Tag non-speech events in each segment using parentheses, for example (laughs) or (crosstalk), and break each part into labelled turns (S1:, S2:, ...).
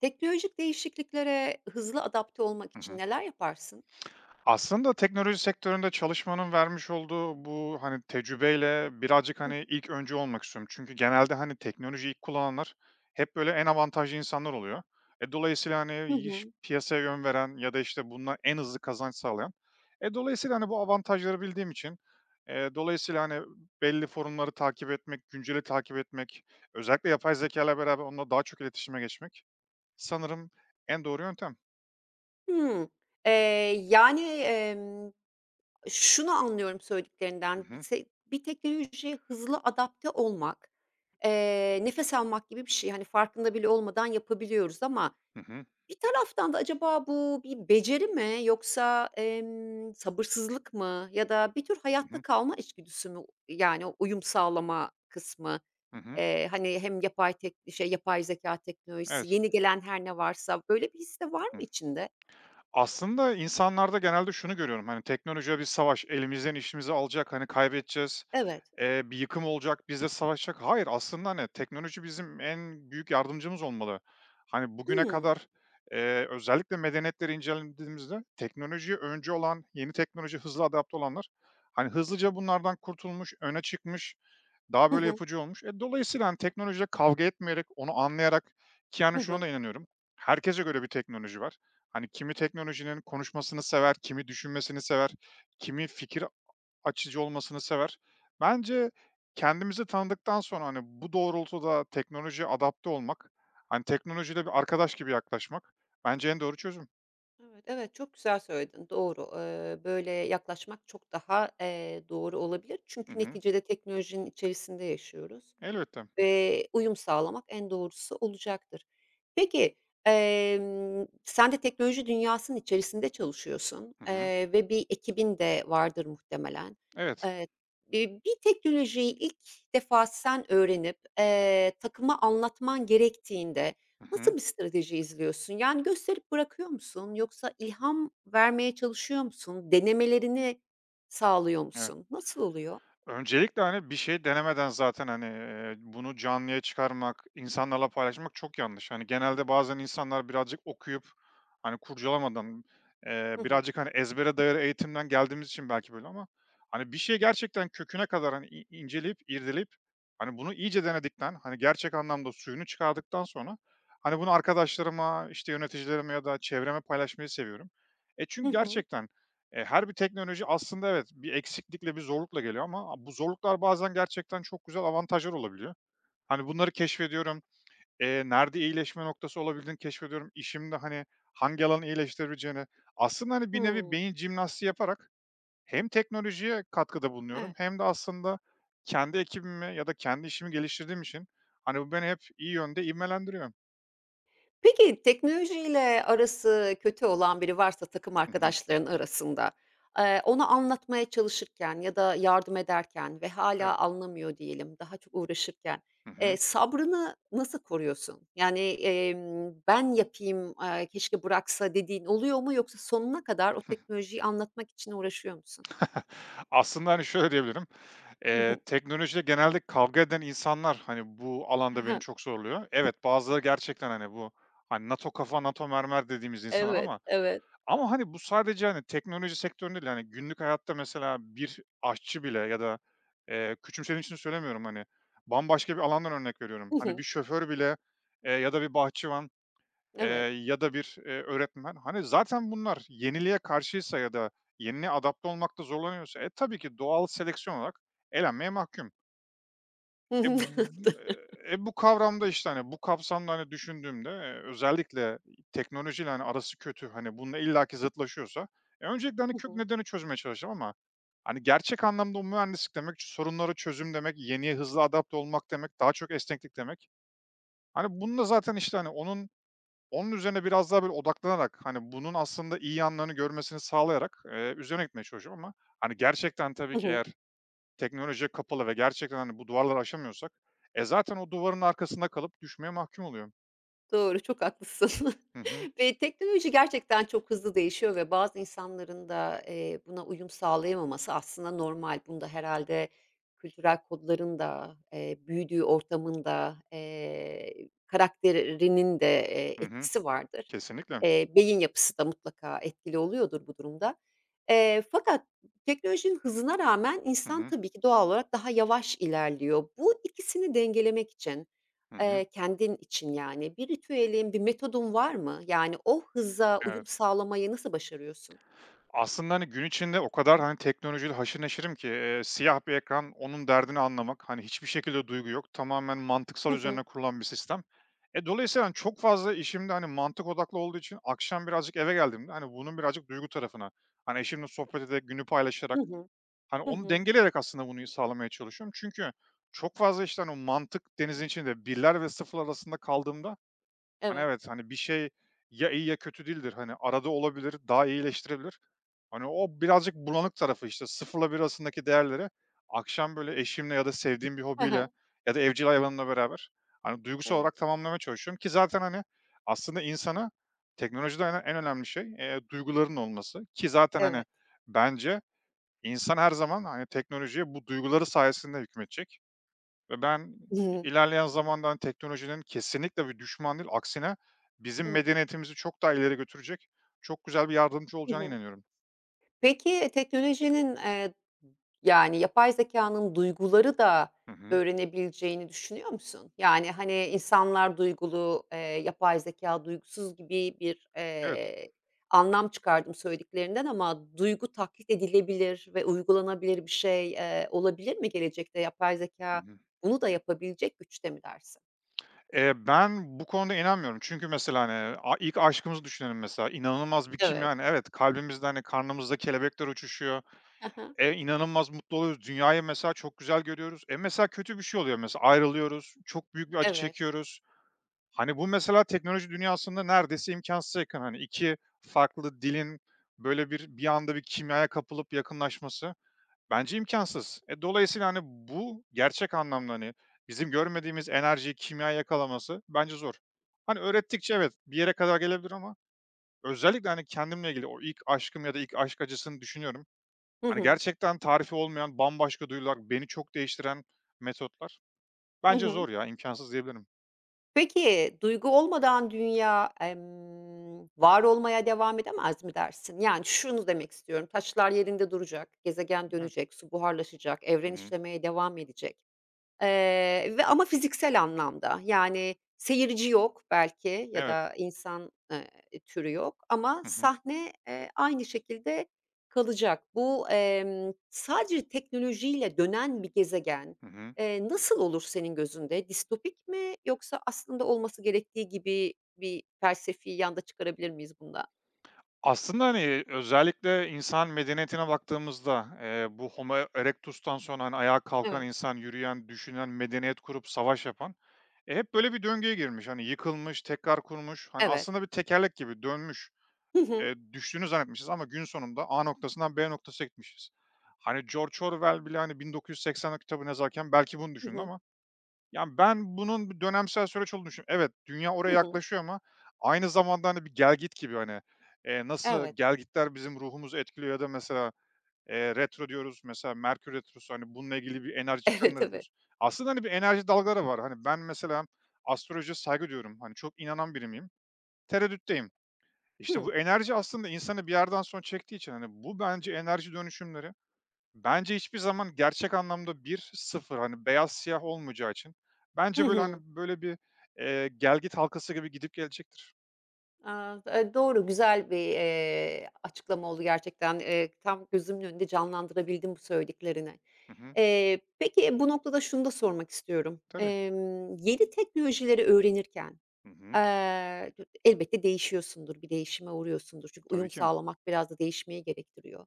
S1: Teknolojik değişikliklere hızlı adapte olmak
S2: Hı
S1: için
S2: hı.
S1: neler yaparsın?
S2: Aslında teknoloji sektöründe çalışmanın vermiş olduğu bu, hani, tecrübeyle birazcık,
S1: Hı
S2: hani, ilk öncü olmak istiyorum. Çünkü genelde, hani, teknolojiyi ilk kullananlar hep böyle en avantajlı insanlar oluyor. Dolayısıyla,
S1: hı.
S2: hani, iş
S1: Hı.
S2: piyasaya yön veren ya da, işte, bundan en hızlı kazanç sağlayan. Dolayısıyla, hani, bu avantajları bildiğim için, dolayısıyla, hani, belli forumları takip etmek, günceli takip etmek, özellikle yapay zeka ile beraber onunla daha çok iletişime geçmek sanırım en doğru yöntem.
S1: Hımm. Eee, yani, şunu anlıyorum
S2: Hı
S1: söylediklerinden,
S2: hı.
S1: bir teknolojiye hızlı adapte olmak, nefes almak gibi bir şey. Hani, farkında bile olmadan yapabiliyoruz ama
S2: Hı hı.
S1: bir taraftan da acaba bu bir beceri mi yoksa, sabırsızlık mı ya da bir tür
S2: Hı
S1: hayatta
S2: hı.
S1: kalma içgüdüsü mü? Yani, o uyum sağlama kısmı.
S2: Hı hı.
S1: Hani, hem yapay zekâ teknolojisi,
S2: Evet.
S1: yeni gelen her ne varsa böyle bir his de var mı
S2: Hı.
S1: içinde?
S2: Aslında insanlarda genelde şunu görüyorum, hani, teknolojiyle bir savaş, elimizden işimizi alacak, hani, kaybedeceğiz,
S1: Evet.
S2: bir yıkım olacak, bizle savaşacak. Hayır, aslında, hani, teknoloji bizim en büyük yardımcımız olmalı. Hani, bugüne
S1: Hımm.
S2: kadar, özellikle medeniyetleri incelediğimizde teknolojiye öncü olan, yeni teknoloji hızlı adapte olanlar, hani, hızlıca bunlardan kurtulmuş, öne çıkmış, daha
S1: Hı
S2: böyle
S1: hı.
S2: yapıcı olmuş. Dolayısıyla, hani, teknolojiyle kavga etmeyerek, onu anlayarak ki,
S1: Hı
S2: yani, şuna
S1: hı.
S2: da inanıyorum, herkese göre bir teknoloji var. Hani, kimi teknolojinin konuşmasını sever, kimi düşünmesini sever, kimi fikir açıcı olmasını sever. Bence kendimizi tanıdıktan sonra, hani, bu doğrultuda teknolojiye adapte olmak, hani, teknolojiyle bir arkadaş gibi yaklaşmak bence en doğru çözüm.
S1: Evet, evet, çok güzel söyledin. Doğru. Böyle yaklaşmak çok daha, doğru olabilir.
S2: Hı
S1: Çünkü
S2: hı.
S1: neticede teknolojinin içerisinde yaşıyoruz.
S2: Elbette.
S1: Uyum sağlamak en doğrusu olacaktır. Peki, sen de teknoloji dünyasının içerisinde çalışıyorsun,
S2: Hı hı.
S1: ve bir ekibin de vardır muhtemelen.
S2: Evet.
S1: Eee, bir teknolojiyi ilk defa sen öğrenip, takıma anlatman gerektiğinde
S2: Hı hı.
S1: nasıl bir strateji izliyorsun? Yani gösterip bırakıyor musun yoksa ilham vermeye çalışıyor musun? Denemelerini sağlıyor
S2: Evet.
S1: musun? Nasıl oluyor?
S2: Öncelikle, hani, bir şey denemeden zaten, hani, bunu canlıya çıkarmak, insanlarla paylaşmak çok yanlış. Hani, genelde bazen insanlar birazcık okuyup, hani, kurcalamadan,
S1: Hı hı.
S2: birazcık, hani, ezbere dayalı eğitimden geldiğimiz için belki böyle ama, hani, bir şey gerçekten köküne kadar, hani, inceleyip, irdeleyip, hani, bunu iyice denedikten, hani, gerçek anlamda suyunu çıkardıktan sonra, hani, bunu arkadaşlarıma, işte, yöneticilerime ya da çevreme paylaşmayı seviyorum.
S1: Hı
S2: Çünkü
S1: hı.
S2: gerçekten her bir teknoloji aslında evet, bir eksiklikle, bir zorlukla geliyor ama bu zorluklar bazen gerçekten çok güzel avantajlar olabiliyor. Hani, bunları keşfediyorum, nerede iyileşme noktası olabildiğini keşfediyorum. İşimde, hani, hangi alanı iyileştirebileceğini aslında, hani, bir nevi
S1: Hımm.
S2: beyin jimnastiği yaparak hem teknolojiye katkıda bulunuyorum
S1: Evet.
S2: hem de aslında kendi ekibimi ya da kendi işimi geliştirdiğim için, hani, bu beni hep iyi yönde ivmelendiriyor.
S1: Peki, teknolojiyle arası kötü olan biri varsa takım
S2: Hı hı.
S1: arkadaşların arasında, ona anlatmaya çalışırken ya da yardım ederken ve
S2: Evet.
S1: hala anlamıyor diyelim, daha çok uğraşırken,
S2: Hı hı.
S1: sabrını nasıl koruyorsun? Yani, "Ben yapayım, keşke bıraksa." dediğin oluyor mu yoksa sonuna kadar o teknolojiyi anlatmak için uğraşıyor musun?
S2: (laughs) Aslında, hani, şöyle diyebilirim,
S1: (laughs)
S2: teknolojiyle genelde kavga eden insanlar, hani, bu alanda beni
S1: Hı.
S2: çok zorluyor. Evet, bazıları gerçekten, hani, bu, hani, NATO kafa, NATO mermer dediğimiz insanlar
S1: Evet,
S2: ama,
S1: evet.
S2: ama, hani, bu sadece, hani, teknoloji sektöründe değil, hani, günlük hayatta mesela bir aşçı bile ya da, küçümsediğim için söylemiyorum, hani, bambaşka bir alandan örnek veriyorum. Hani, bir şoför bile, ya da bir bahçıvan,
S1: (laughs) Evet.
S2: eee, ya da bir, öğretmen, hani, zaten bunlar yeniliğe karşıysa ya da yeniliğe adapte olmakta zorlanıyorsa, tabii ki doğal seleksiyon olarak elenmeye mahkum. E, b
S1: (laughs)
S2: Bu kavramda, işte, hani, bu kapsamda, hani, düşündüğümde, özellikle teknolojiyle, hani, arası kötü, hani, bununla illaki zıtlaşıyorsa, öncelikle, hani,
S1: Hı
S2: kök
S1: hı.
S2: nedeni çözmeye çalışacağım ama, hani, gerçek anlamda o mühendislik demek, sorunlara çözüm demek, yeniye hızlı adapte olmak demek, daha çok esneklik demek. Hani, bununla zaten, işte, hani, onun üzerine biraz daha böyle odaklanarak, hani, bunun aslında iyi yanlarını görmesini sağlayarak, üzerine gitmeye çalışıyorum ama, hani, gerçekten tabii
S1: Hı
S2: ki
S1: hı.
S2: eğer teknolojiye kapalı ve gerçekten, hani, bu duvarları aşamıyorsak, zaten o duvarın arkasında kalıp düşmeye mahkum oluyor.
S1: Doğru, çok haklısın. (laughs)
S2: Hı hı.
S1: Ve teknoloji gerçekten çok hızlı değişiyor ve bazı insanların da, buna uyum sağlayamaması aslında normal. Bunda herhalde kültürel kodların da, büyüdüğü ortamın da, karakterinin de,
S2: Hı hı.
S1: etkisi vardır.
S2: Kesinlikle.
S1: Beyin yapısı da mutlaka etkili oluyordur bu durumda. Fakat teknolojinin hızına rağmen
S2: Hı
S1: insan
S2: hı.
S1: tabii ki doğal olarak daha yavaş ilerliyor. Bu ikisini dengelemek için
S2: Hı hı.
S1: Kendin için yani bir ritüelin, bir metodun var mı? Yani o hıza uyum
S2: Evet.
S1: sağlamayı nasıl başarıyorsun?
S2: Aslında, hani, gün içinde o kadar, hani, teknolojiyle haşır neşirim ki, siyah bir ekran, onun derdini anlamak, hani, hiçbir şekilde duygu yok. Tamamen mantıksal
S1: Hı hı.
S2: üzerine kurulan bir sistem. Dolayısıyla, hani, çok fazla işimde hani, mantık odaklı olduğu için akşam birazcık eve geldiğimde, hani, bunun birazcık duygu tarafına, hani, eşimle sohbet ederek, günü paylaşarak,
S1: Hı hı.
S2: hani,
S1: Hı
S2: onu
S1: hı.
S2: dengeleyerek aslında bunu sağlamaya çalışıyorum. Çünkü çok fazla, işte, hani, o mantık denizin içinde birler ve 0'lar arasında kaldığımda, hani,
S1: Evet.
S2: evet, hani, bir şey ya iyi ya kötü değildir. Hani, arada olabilir, daha iyileştirebilir. Hani, o birazcık bulanık tarafı, işte, sıfırla bir arasındaki değerleri akşam, böyle, eşimle ya da sevdiğim bir
S1: Hı
S2: hobiyle
S1: hı.
S2: ya da evcil hayvanımla beraber, hani, duygusal
S1: Evet.
S2: olarak tamamlamaya çalışıyorum ki zaten, hani, aslında insana teknolojide en önemli şey, duyguların olması ki zaten, hani,
S1: Evet.
S2: bence İnsan her zaman, hani, teknolojiye bu duyguları sayesinde hükmedecek ve ben
S1: Hı hı.
S2: ilerleyen zamanda, hani, teknolojinin kesinlikle bir düşman değil, aksine
S1: Hı
S2: bizim
S1: hı.
S2: medeniyetimizi çok daha ileri götürecek, çok güzel bir yardımcı
S1: Hı
S2: olacağına
S1: hı.
S2: inanıyorum.
S1: Peki, teknolojinin, yani, yapay zeka'nın duyguları da
S2: Hı hı.
S1: öğrenebileceğini düşünüyor musun? Yani, hani, insanlar duygulu, yapay zeka duygusuz gibi bir,
S2: Evet.
S1: anlam çıkardım söylediklerinden ama duygu taklit edilebilir ve uygulanabilir bir şey, olabilir mi gelecekte? Yapay
S2: Hı
S1: zeka
S2: hı.
S1: bunu da yapabilecek güçte mi dersin?
S2: Ben bu konuda inanmıyorum. Çünkü mesela, hani, ilk aşkımızı düşünelim mesela. İnanılmaz bir kimya,
S1: Evet.
S2: yani evet, kalbimizde, hani, karnımızda kelebekler uçuşuyor.
S1: Hı.
S2: İnanılmaz mutlu oluyoruz. Dünyayı mesela çok güzel görüyoruz. Mesela kötü bir şey oluyor mesela ayrılıyoruz, çok büyük bir acı
S1: Evet.
S2: çekiyoruz. Hani, bu mesela teknoloji dünyasında neredeyse imkânsıza yakın. Hani, 2 farklı dilin böyle bir anda bir kimyaya kapılıp yakınlaşması bence imkansız. Dolayısıyla, hani, bu gerçek anlamda, hani, bizim görmediğimiz enerjiyi, kimyayı yakalaması bence zor. Hani, öğrettikçe evet, bir yere kadar gelebilir ama özellikle, hani, kendimle ilgili o ilk aşkım ya da ilk aşk acısını düşünüyorum.
S1: Hı
S2: Hani,
S1: hı.
S2: gerçekten tarifi olmayan bambaşka duygular, beni çok değiştiren metotlar.
S1: Hı
S2: Bence
S1: hı.
S2: zor ya, imkansız diyebilirim.
S1: Peki, duygu olmadan dünya, var olmaya devam edemez mi dersin? Yani, şunu demek istiyorum, taşlar yerinde duracak, gezegen
S2: Evet.
S1: dönecek, su buharlaşacak, evren
S2: Hı hı.
S1: işlemeye devam edecek. Ve ama fiziksel anlamda, yani, seyirci yok belki ya
S2: Evet.
S1: da insan, türü yok ama
S2: Hı hı.
S1: sahne, aynı şekilde kalacak. Bu, sadece teknolojiyle dönen bir gezegen,
S2: Hı hı.
S1: nasıl olur senin gözünde? Distopik mi yoksa aslında olması gerektiği gibi bir felsefi yan çıkarabilir miyiz bundan?
S2: Aslında, hani, özellikle insan medeniyetine baktığımızda, bu Homo erectus'tan sonra, hani, ayağa kalkan
S1: Evet,
S2: insan, yürüyen, düşünen, medeniyet kurup savaş yapan, hep böyle bir döngüye girmiş. Hani, yıkılmış, tekrar kurmuş. Hani,
S1: evet.
S2: aslında bir tekerlek gibi dönmüş.
S1: Hı hı.
S2: Düştüğünü zannetmişiz ama gün sonunda A noktasından B noktasına gitmişiz. Hani, George Orwell bile, hani, "1984" kitabını yazarken belki bunu
S1: Hı
S2: düşündü
S1: hı.
S2: ama yani, ben bunun bir dönemsel süreç olduğunu düşünüyorum. Evet, dünya oraya
S1: Hı hı.
S2: yaklaşıyor ama aynı zamanda, hani, bir gel git gibi, hani, nasıl
S1: Evet.
S2: gel gitler bizim ruhumuzu etkiliyor ya da mesela, retro diyoruz. Mesela Merkür retrosu, hani, bununla ilgili bir enerji
S1: (laughs) Evet,
S2: çıkarımları
S1: evet.
S2: yapıyoruz. Aslında, hani, bir enerji dalgaları var. Hani, ben mesela astrolojiye saygı duyuyorum. Hani, çok inanan biri miyim? Tereddütteyim. İşte,
S1: Hıı.
S2: bu enerji aslında insanı bir yerden sonra çektiği için, hani, bu bence enerji dönüşümleri bence hiçbir zaman gerçek anlamda bir sıfır, hani beyaz siyah olmayacağı için
S1: Hı
S2: bence böyle, hani,
S1: hı.
S2: böyle bir, gelgit halkası gibi gidip gelecektir.
S1: Doğru, güzel bir, açıklama oldu gerçekten. Tam gözümün önünde canlandırabildim bu söylediklerini.
S2: Hı hı.
S1: Peki, bu noktada şunu da sormak istiyorum.
S2: Tabii.
S1: Yeni teknolojileri öğrenirken,
S2: Hı hı.
S1: eee, elbette değişiyorsundur, bir değişime uğruyorsundur. Çünkü
S2: Tabii
S1: uyum
S2: ki.
S1: sağlamak biraz da değişmeyi gerektiriyor.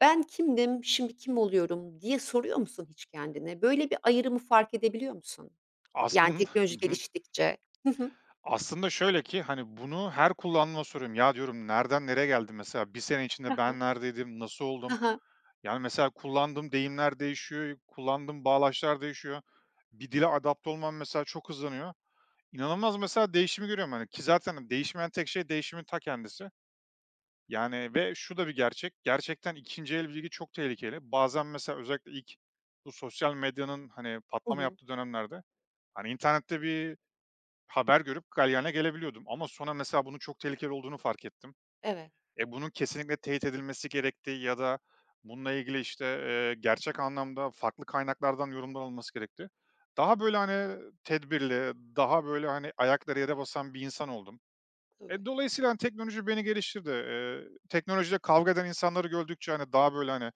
S1: "Ben kimdim, şimdi kim oluyorum?" diye soruyor musun hiç kendine? Böyle bir ayrımı fark edebiliyor musun? Yani
S2: Hı
S1: teknoloji
S2: hı.
S1: geliştikçe. (laughs)
S2: Aslında şöyle ki, hani, bunu her kullanma soruyorum. Ya, diyorum, nereden nereye geldim mesela? Bir sene
S1: Hı
S2: içinde
S1: hı. Hı hı.
S2: ben neredeydim, nasıl oldum? Yani, mesela kullandığım deyimler değişiyor, kullandığım bağlaçlar değişiyor. Bir dile adapte olmam mesela çok hızlanıyor. İnanılmaz mesela değişimi görüyorum, hani, ki zaten değişmeyen tek şey değişimin ta kendisi. Yani ve şu da bir gerçek, gerçekten ikinci el bilgi çok tehlikeli. Bazen mesela özellikle ilk bu sosyal medyanın, hani,
S1: Hı
S2: patlama
S1: hı.
S2: yaptığı dönemlerde, hani, internette bir haber görüp galyana gelebiliyordum ama sonra mesela bunun çok tehlikeli olduğunu fark ettim.
S1: Evet,
S2: Bunun kesinlikle teyit edilmesi gerektiği ya da bununla ilgili, işte, gerçek anlamda farklı kaynaklardan yorumlar alınması gerekti. Daha böyle, hani, tedbirli, daha böyle, hani, ayakları yere basan bir insan oldum.
S1: tabii.
S2: Dolayısıyla, hani, teknoloji beni geliştirdi. Teknolojide kavga eden insanları gördükçe, hani, daha böyle, hani,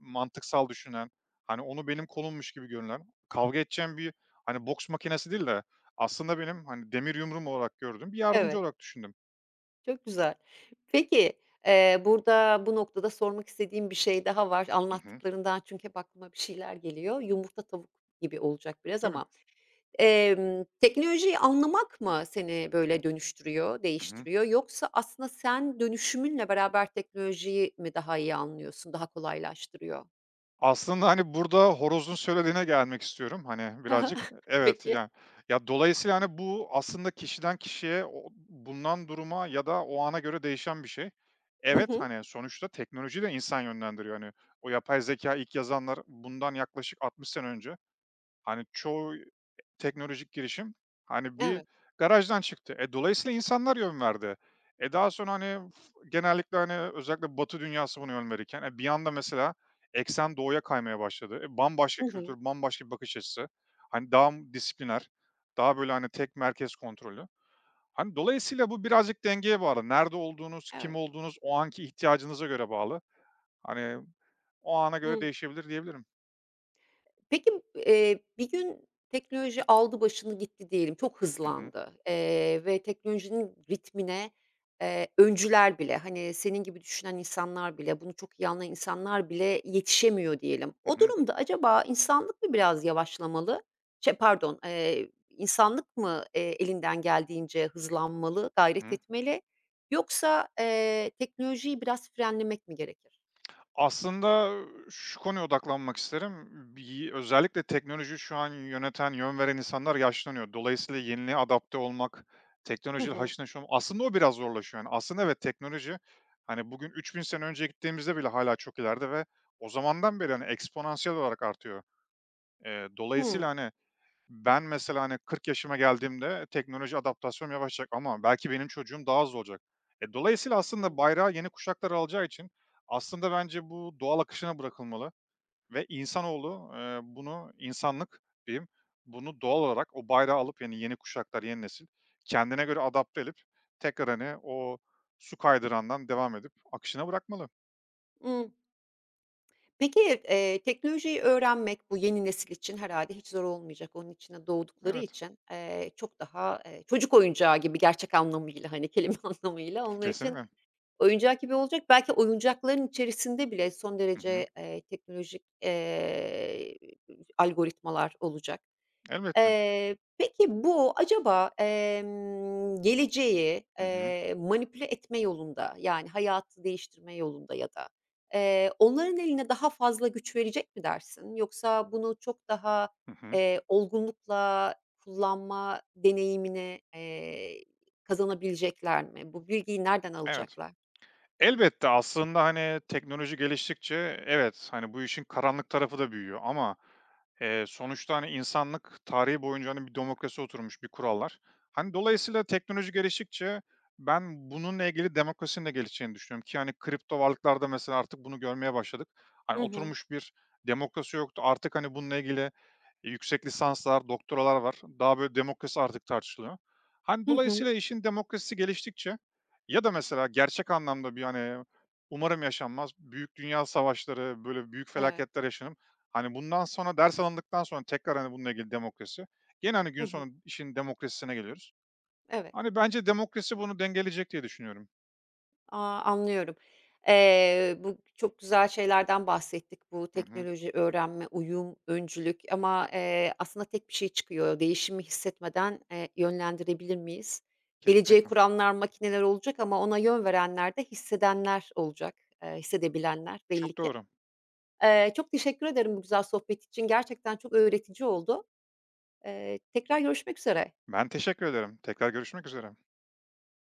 S2: mantıksal düşünen, hani, onu benim konummuş gibi görünen, kavga edeceğim bir, hani, boks makinesi değil de aslında benim, hani, demir yumruğum olarak gördüm, bir yardımcı
S1: Evet,
S2: olarak düşündüm.
S1: çok güzel. Peki, burada bu noktada sormak istediğim bir şey daha var.
S2: Hı hı.
S1: Anlattıklarından çünkü hep aklıma bir şeyler geliyor. Yumurta tavuk gibi olacak biraz
S2: Tabii.
S1: ama. Teknolojiyi anlamak mı seni böyle dönüştürüyor,
S2: Hı hı.
S1: değiştiriyor yoksa aslında sen dönüşümünle beraber teknolojiyi mi daha iyi anlıyorsun, daha kolaylaştırıyor?
S2: Aslında, hani, burada horozun söylediğine gelmek istiyorum, hani, birazcık.
S1: (laughs)
S2: Evet,
S1: Peki.
S2: yani. Ya, dolayısıyla, hani, bu aslında kişiden kişiye, o bulunan duruma ya da o ana göre değişen bir şey.
S1: Hı
S2: Evet,
S1: hı.
S2: hani, sonuçta teknoloji de insan yönlendiriyor, hani. O yapay zeka ilk yazanlar bundan yaklaşık 60 sene önce. Hani, çoğu teknolojik girişim, hani, bir
S1: Evet.
S2: garajdan çıktı. Dolayısıyla insanlar yön verdi. Daha sonra, hani, genellikle, hani, özellikle Batı dünyası bunu yön verirken, bir anda mesela eksen doğuya kaymaya başladı. Bambaşka
S1: Hı
S2: kültür,
S1: hı.
S2: bambaşka bir bakış açısı. Hani, daha disipliner, daha böyle, hani, tek merkez kontrolü. Hani, dolayısıyla bu birazcık dengeye bağlı. Nerede olduğunuz, kim
S1: Evet.
S2: olduğunuz, o anki ihtiyacınıza göre bağlı. Hani, o ana göre değişebilir diyebilirim.
S1: Peki, bir gün teknoloji aldı başını gitti diyelim, çok
S2: Hı.
S1: hızlandı, ve teknolojinin ritmine, öncüler bile, hani, senin gibi düşünen insanlar bile, bunu çok iyi anlayan insanlar bile yetişemiyor diyelim.
S2: Hı
S1: O
S2: hı.
S1: durumda acaba insanlık mı biraz yavaşlamalı? Şey, pardon, insanlık mı, elinden geldiğince hızlanmalı,
S2: Hı
S1: gayret
S2: hı.
S1: etmeli yoksa, teknolojiyi biraz frenlemek mi gerekir?
S2: Aslında şu konuya odaklanmak isterim. Özellikle teknoloji şu an yöneten, yön veren insanlar yaşlanıyor. Dolayısıyla yeniliğe adapte olmak,
S1: Hı
S2: teknolojiyle
S1: hı.
S2: haşır neşir olmak aslında o biraz zorlaşıyor. Yani aslında evet teknoloji hani bugün 3.000 sene önce gittiğimizde bile hala çok ileride ve o zamandan beri hani eksponansiyel olarak artıyor.
S1: Hıı.
S2: Dolayısıyla hani ben mesela, hani, 40 yaşıma geldiğimde teknoloji adaptasyonum yavaşacak ama belki benim çocuğum daha hızlı olacak. Dolayısıyla
S1: Hı.
S2: aslında bayrağı yeni kuşaklar alacağı için aslında bence bu doğal akışına bırakılmalı ve insanoğlu, bunu, insanlık diyeyim, bunu doğal olarak o bayrağı alıp, yani, yeni kuşaklar, yeni nesil kendine göre adapte edip tekrar, hani, o su kaydırandan devam edip akışına bırakmalı.
S1: Hı. Peki, teknolojiyi öğrenmek bu yeni nesil için herhalde hiç zor olmayacak. Onun içine doğdukları
S2: Evet,
S1: için, çok daha, çocuk oyuncağı gibi gerçek anlamıyla, hani, kelime (laughs) anlamıyla onlar için
S2: kesinlikle.
S1: oyuncak gibi olacak. Belki oyuncakların içerisinde bile son
S2: Hı hı.
S1: derece, teknolojik, algoritmalar olacak.
S2: Elbette.
S1: Peki bu acaba, geleceği,
S2: Hı hı.
S1: manipüle etme yolunda, yani hayatı değiştirme yolunda ya da, onların eline daha fazla güç verecek mi dersin? Yoksa bunu çok daha,
S2: Hı hı.
S1: olgunlukla kullanma deneyimini, kazanabilecekler mi? Bu bilgiyi nereden
S2: Evet.
S1: alacaklar?
S2: Elbette, aslında, hani, teknoloji geliştikçe evet, hani, bu işin karanlık tarafı da büyüyor ama, sonuçta, hani, insanlık tarihi boyunca, hani, bir demokrasi oturmuş, bir kurallar. Hani, dolayısıyla teknoloji geliştikçe ben bununla ilgili demokrasinin de gelişeceğini düşünüyorum ki, hani, kripto varlıklarda mesela artık bunu görmeye başladık. Hani,
S1: Hı hı.
S2: oturmuş bir demokrasi yoktu. Artık, hani, bununla ilgili yüksek lisanslar, doktoralar var. Daha böyle demokrasi artık tartışılıyor. Hani,
S1: Hı hı.
S2: dolayısıyla işin demokrasisi geliştikçe ya da mesela gerçek anlamda bir, hani, umarım yaşanmaz, büyük dünya savaşları, böyle büyük
S1: Evet.
S2: felaketler yaşanıp, hani, bundan sonra ders alındıktan sonra tekrar, hani, bununla ilgili demokrasi, gene, hani,
S1: Hı
S2: gün
S1: hı.
S2: sonu işin demokrasisine geliyoruz.
S1: Evet.
S2: Hani, bence demokrasi bunu dengeleyecek diye düşünüyorum.
S1: Anlıyorum. Bu çok güzel şeylerden bahsettik. Bu
S2: Hı hı.
S1: teknoloji, öğrenme, uyum, öncülük ama, aslında tek bir şey çıkıyor. Değişimi hissetmeden, yönlendirebilir miyiz? Geleceği
S2: Kesinlikle.
S1: kuranlar makineler olacak ama ona yön verenler de hissedenler olacak, hissedebilenler belli
S2: Çok
S1: ki.
S2: doğru.
S1: Çok teşekkür ederim bu güzel sohbet için. Gerçekten çok öğretici oldu. Tekrar görüşmek üzere.
S2: Ben teşekkür ederim. Tekrar görüşmek üzere.